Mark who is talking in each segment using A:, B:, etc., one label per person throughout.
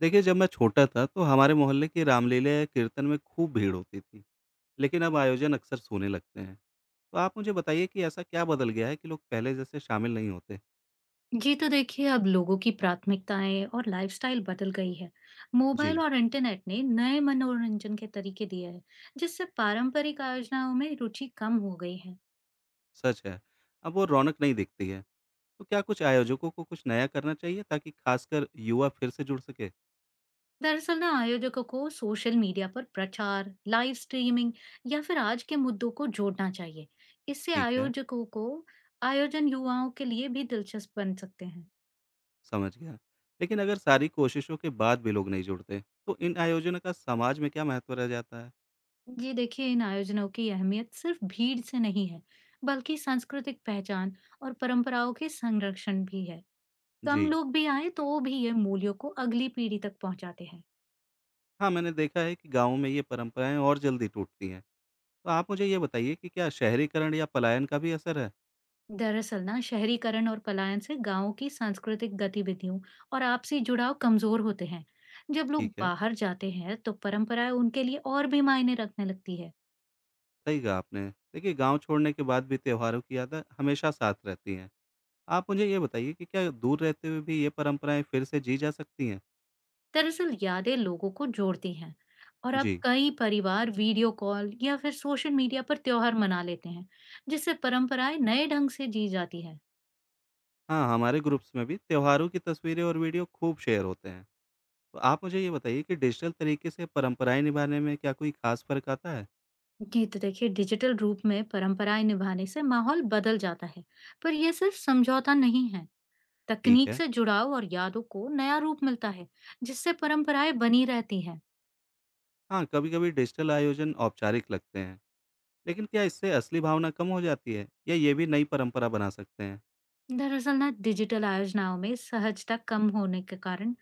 A: देखिए, जब मैं छोटा था तो हमारे मोहल्ले की रामलीला या कीर्तन में खूब भीड़ होती थी। लेकिन अब आयोजन अक्सर सोने लगते हैं। तो आप मुझे बताइए कि ऐसा क्या बदल गया है कि लोग पहले जैसे शामिल नहीं होते।
B: जी तो देखिए अब लोगों की प्राथमिकताएं और लाइफस्टाइल बदल गई है। मोबाइल
A: जी।
B: और इंटरनेट ने नए मनोरंजन के तरीके दिए हैं जिससे पारंपरिक आयोजनाओं में रुचि कम हो गई है।
A: सच है। अब वो रौनक नहीं दिखती है। तो क्या कुछ आयोजकों को कुछ नया करना चाहिए ताकि खासकर युवा फिर से जुड़ सके?
B: दरअसल ना आयोजकों को सोशल मीडिया पर प्रचार, लाइव स्ट्रीमिंग या फिर आज के मुद्दों को जोड़ना चाहिए। इससे
A: ठीक है।
B: आयोजकों को आयोजन युवाओं के लिए भी दिलचस्प बन सकते हैं।
A: समझ गया। लेकिन अगर सारी कोशिशों के बाद भी लोग नहीं जुड़ते, तो इन आयोजनों का समाज में क्या महत्व रह जाता है?
B: जी देखिए इन आयोजनों की अहमियत सिर्फ भीड़ से नहीं है, बल्कि सांस्कृतिक पहचान और परंपराओं के संरक्षण भी है। कम
A: जी।
B: लोग भी आए तो भी ये मूल्यों को अगली पीढ़ी तक पहुंचाते हैं।
A: हाँ, मैंने देखा है कि गाँव में ये परंपराएं और जल्दी टूटती हैं। तो आप मुझे ये बताइए कि क्या शहरीकरण या पलायन का भी असर है?
B: दरअसल ना शहरीकरण और पलायन से गांवों की सांस्कृतिक गतिविधियों और आपसी जुड़ाव कमजोर होते हैं। जब लोग
A: ठीक है,
B: बाहर जाते हैं तो परंपराएं उनके लिए और भी मायने रखने लगती है।
A: सही कहा आपने। देखिए, गांव छोड़ने के बाद भी त्योहारों की यादें हमेशा साथ रहती हैं। आप मुझे ये बताइए कि क्या दूर रहते हुए भी ये परंपराएं फिर से जी जा सकती हैं?
B: दरअसल यादें लोगों को जोड़ती हैं और अब
A: जी।
B: कई परिवार वीडियो कॉल या फिर सोशल मीडिया पर त्योहार मना लेते हैं, जिससे परंपराएं नए ढंग से जी जाती है।
A: हाँ, हमारे ग्रुप्स में भी त्योहारों की तस्वीरें और वीडियो खूब शेयर होते हैं। तो आप मुझे ये बताइए कि डिजिटल तरीके से परंपराएं निभाने में क्या कोई खास फर्क आता है?
B: जी तो देखिए डिजिटल रूप में परंपराएं निभाने से माहौल बदल जाता है, पर यह सिर्फ समझौता नहीं है।
A: ठीक
B: तकनीक
A: है।
B: से जुड़ाव और यादों को नया रूप मिलता है जिससे परंपराएं बनी रहती हैं।
A: हाँ, कभी-कभी डिजिटल आयोजन औपचारिक लगते हैं। लेकिन क्या इससे असली भावना कम हो जाती है या ये भी नई परंपरा बना सकते हैं?
B: दरअसल ना डिजिटल आयोजनाओं में सहजता कम होने के कारण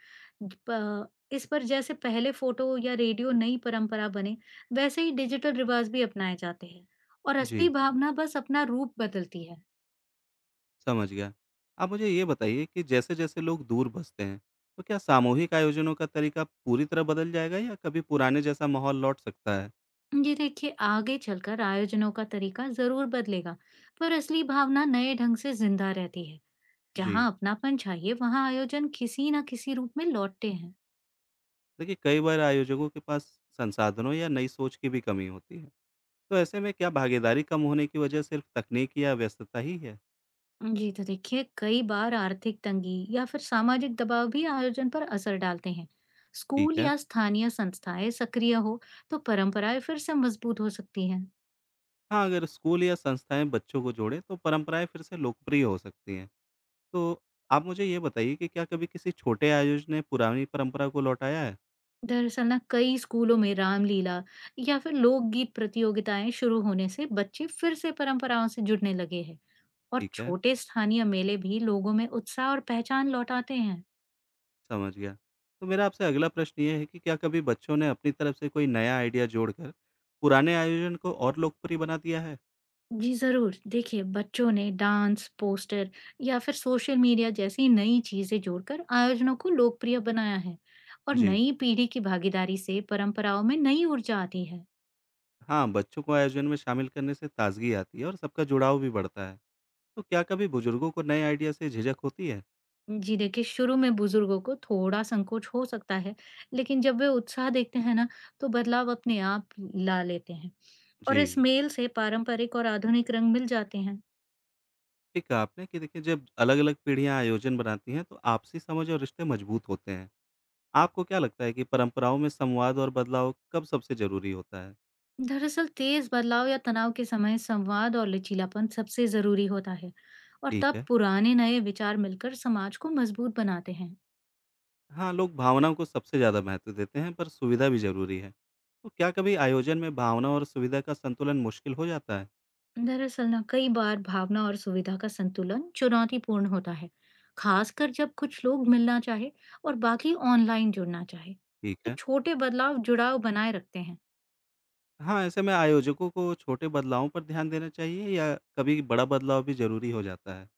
B: इस पर जैसे पहले फोटो या रेडियो नई परंपरा बने, वैसे ही डिजिटल रिवाज भी अपनाए जाते हैं और असली
A: जी।
B: भावना बस अपना रूप बदलती है।
A: समझ गया। आप मुझे ये बताइए कि जैसे-जैसे लोग दूर बसते हैं, तो क्या सामूहिक आयोजनों का तरीका पूरी तरह बदल जाएगा या कभी पुराने जैसा माहौल लौट सकता है?
B: जी देखिए आगे चलकर आयोजनों का तरीका जरूर बदलेगा, पर असली भावना नए ढंग से जिंदा रहती है। जहाँ
A: जी।
B: अपनापन चाहिए वहाँ आयोजन किसी ना किसी रूप में लौटते हैं।
A: देखिए, कई बार आयोजकों के पास संसाधनों या नई सोच की भी कमी होती है। तो ऐसे में क्या भागीदारी कम होने की वजह सिर्फ तकनीक या व्यस्तता ही है?
B: जी तो देखिए कई बार आर्थिक तंगी या फिर सामाजिक दबाव भी आयोजन पर असर डालते हैं।
A: ठीक
B: स्कूल
A: है।
B: या स्थानीय संस्थाएं सक्रिय हो तो परंपराएं फिर से मजबूत हो सकती हैं।
A: हाँ, अगर स्कूल या संस्थाएँ बच्चों को जोड़ें तो परंपराएँ फिर से लोकप्रिय हो सकती हैं। तो आप मुझे ये बताइए कि क्या कभी किसी छोटे आयोजन ने पुरानी परंपरा को लौटाया है?
B: दरअसल ना कई स्कूलों में रामलीला या फिर लोकगीत प्रतियोगिताएं शुरू होने से बच्चे फिर से परंपराओं से जुड़ने लगे हैं, और
A: ठीक है।
B: छोटे स्थानीय मेले भी लोगों में उत्साह और पहचान लौटाते हैं।
A: समझ गया। तो मेरा आपसे अगला प्रश्न ये है कि क्या कभी बच्चों ने अपनी तरफ से कोई नया आइडिया जोड़कर पुराने आयोजन को और लोकप्रिय बना दिया है?
B: जी जरूर, देखिए बच्चों ने डांस, पोस्टर या फिर सोशल मीडिया जैसी नई चीजें जोड़कर आयोजनों को लोकप्रिय बनाया है, और
A: जी।
B: नई पीढ़ी की भागीदारी से परंपराओं में नई ऊर्जा आती है।
A: हाँ, बच्चों को आयोजन में शामिल करने से ताज़गी आती है और सबका जुड़ाव भी बढ़ता है। तो क्या कभी बुजुर्गों को नए आइडिया से झिझक होती है?
B: जी देखिए शुरू में बुजुर्गों को थोड़ा संकोच हो सकता है, लेकिन जब वे उत्साह देखते हैं ना तो बदलाव अपने आप ला लेते हैं।
A: जी।
B: और इस मेल से पारंपरिक और आधुनिक रंग मिल जाते हैं।
A: ठीक कहा आपने कि देखिए, जब अलग-अलग पीढ़ियाँ आयोजन बनाती हैं तो आपसी समझ और रिश्ते मजबूत होते हैं। आपको क्या लगता है कि परंपराओं में संवाद और बदलाव कब सबसे ज़रूरी होता है?
B: दरअसल तेज बदलाव या तनाव के समय संवाद और लचीलापन सबसे जरूरी होता है, और
A: ठीक
B: तब
A: है।
B: पुराने नए विचार मिलकर समाज को मजबूत बनाते हैं।
A: हाँ, लोग भावनाओं को सबसे ज़्यादा महत्व देते हैं, पर सुविधा भी ज़रूरी है। तो क्या कभी आयोजन में भावना और सुविधा का संतुलन मुश्किल हो जाता है?
B: दरअसल ना कई बार भावना और सुविधा का संतुलन चुनौतीपूर्ण होता है, खासकर जब कुछ लोग मिलना चाहे और बाकी ऑनलाइन जुड़ना चाहे।
A: ठीक
B: तो
A: है।
B: छोटे बदलाव जुड़ाव बनाए रखते हैं।
A: हाँ, ऐसे में आयोजकों को छोटे बदलावों पर ध्यान देना चाहिए या कभी बड़ा बदलाव भी ज़रूरी हो जाता है?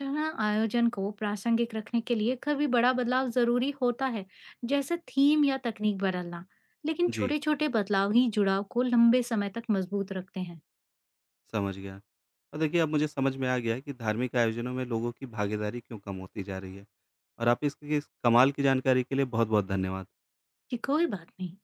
B: तरह आयोजन को प्रासंगिक रखने के लिए कभी बड़ा बदलाव जरूरी होता है, जैसे थीम या तकनीक बदलना, लेकिन
A: जी,
B: छोटे छोटे बदलाव ही जुड़ाव को लंबे समय तक मजबूत रखते हैं।
A: समझ गया। और देखिए, अब मुझे समझ में आ गया है कि धार्मिक आयोजनों में लोगों की भागीदारी क्यों कम होती जा रही है और आप इसकी इस कमाल की जानकारी के लिए बहुत-बहुत धन्यवाद।
B: कि कोई बात नहीं।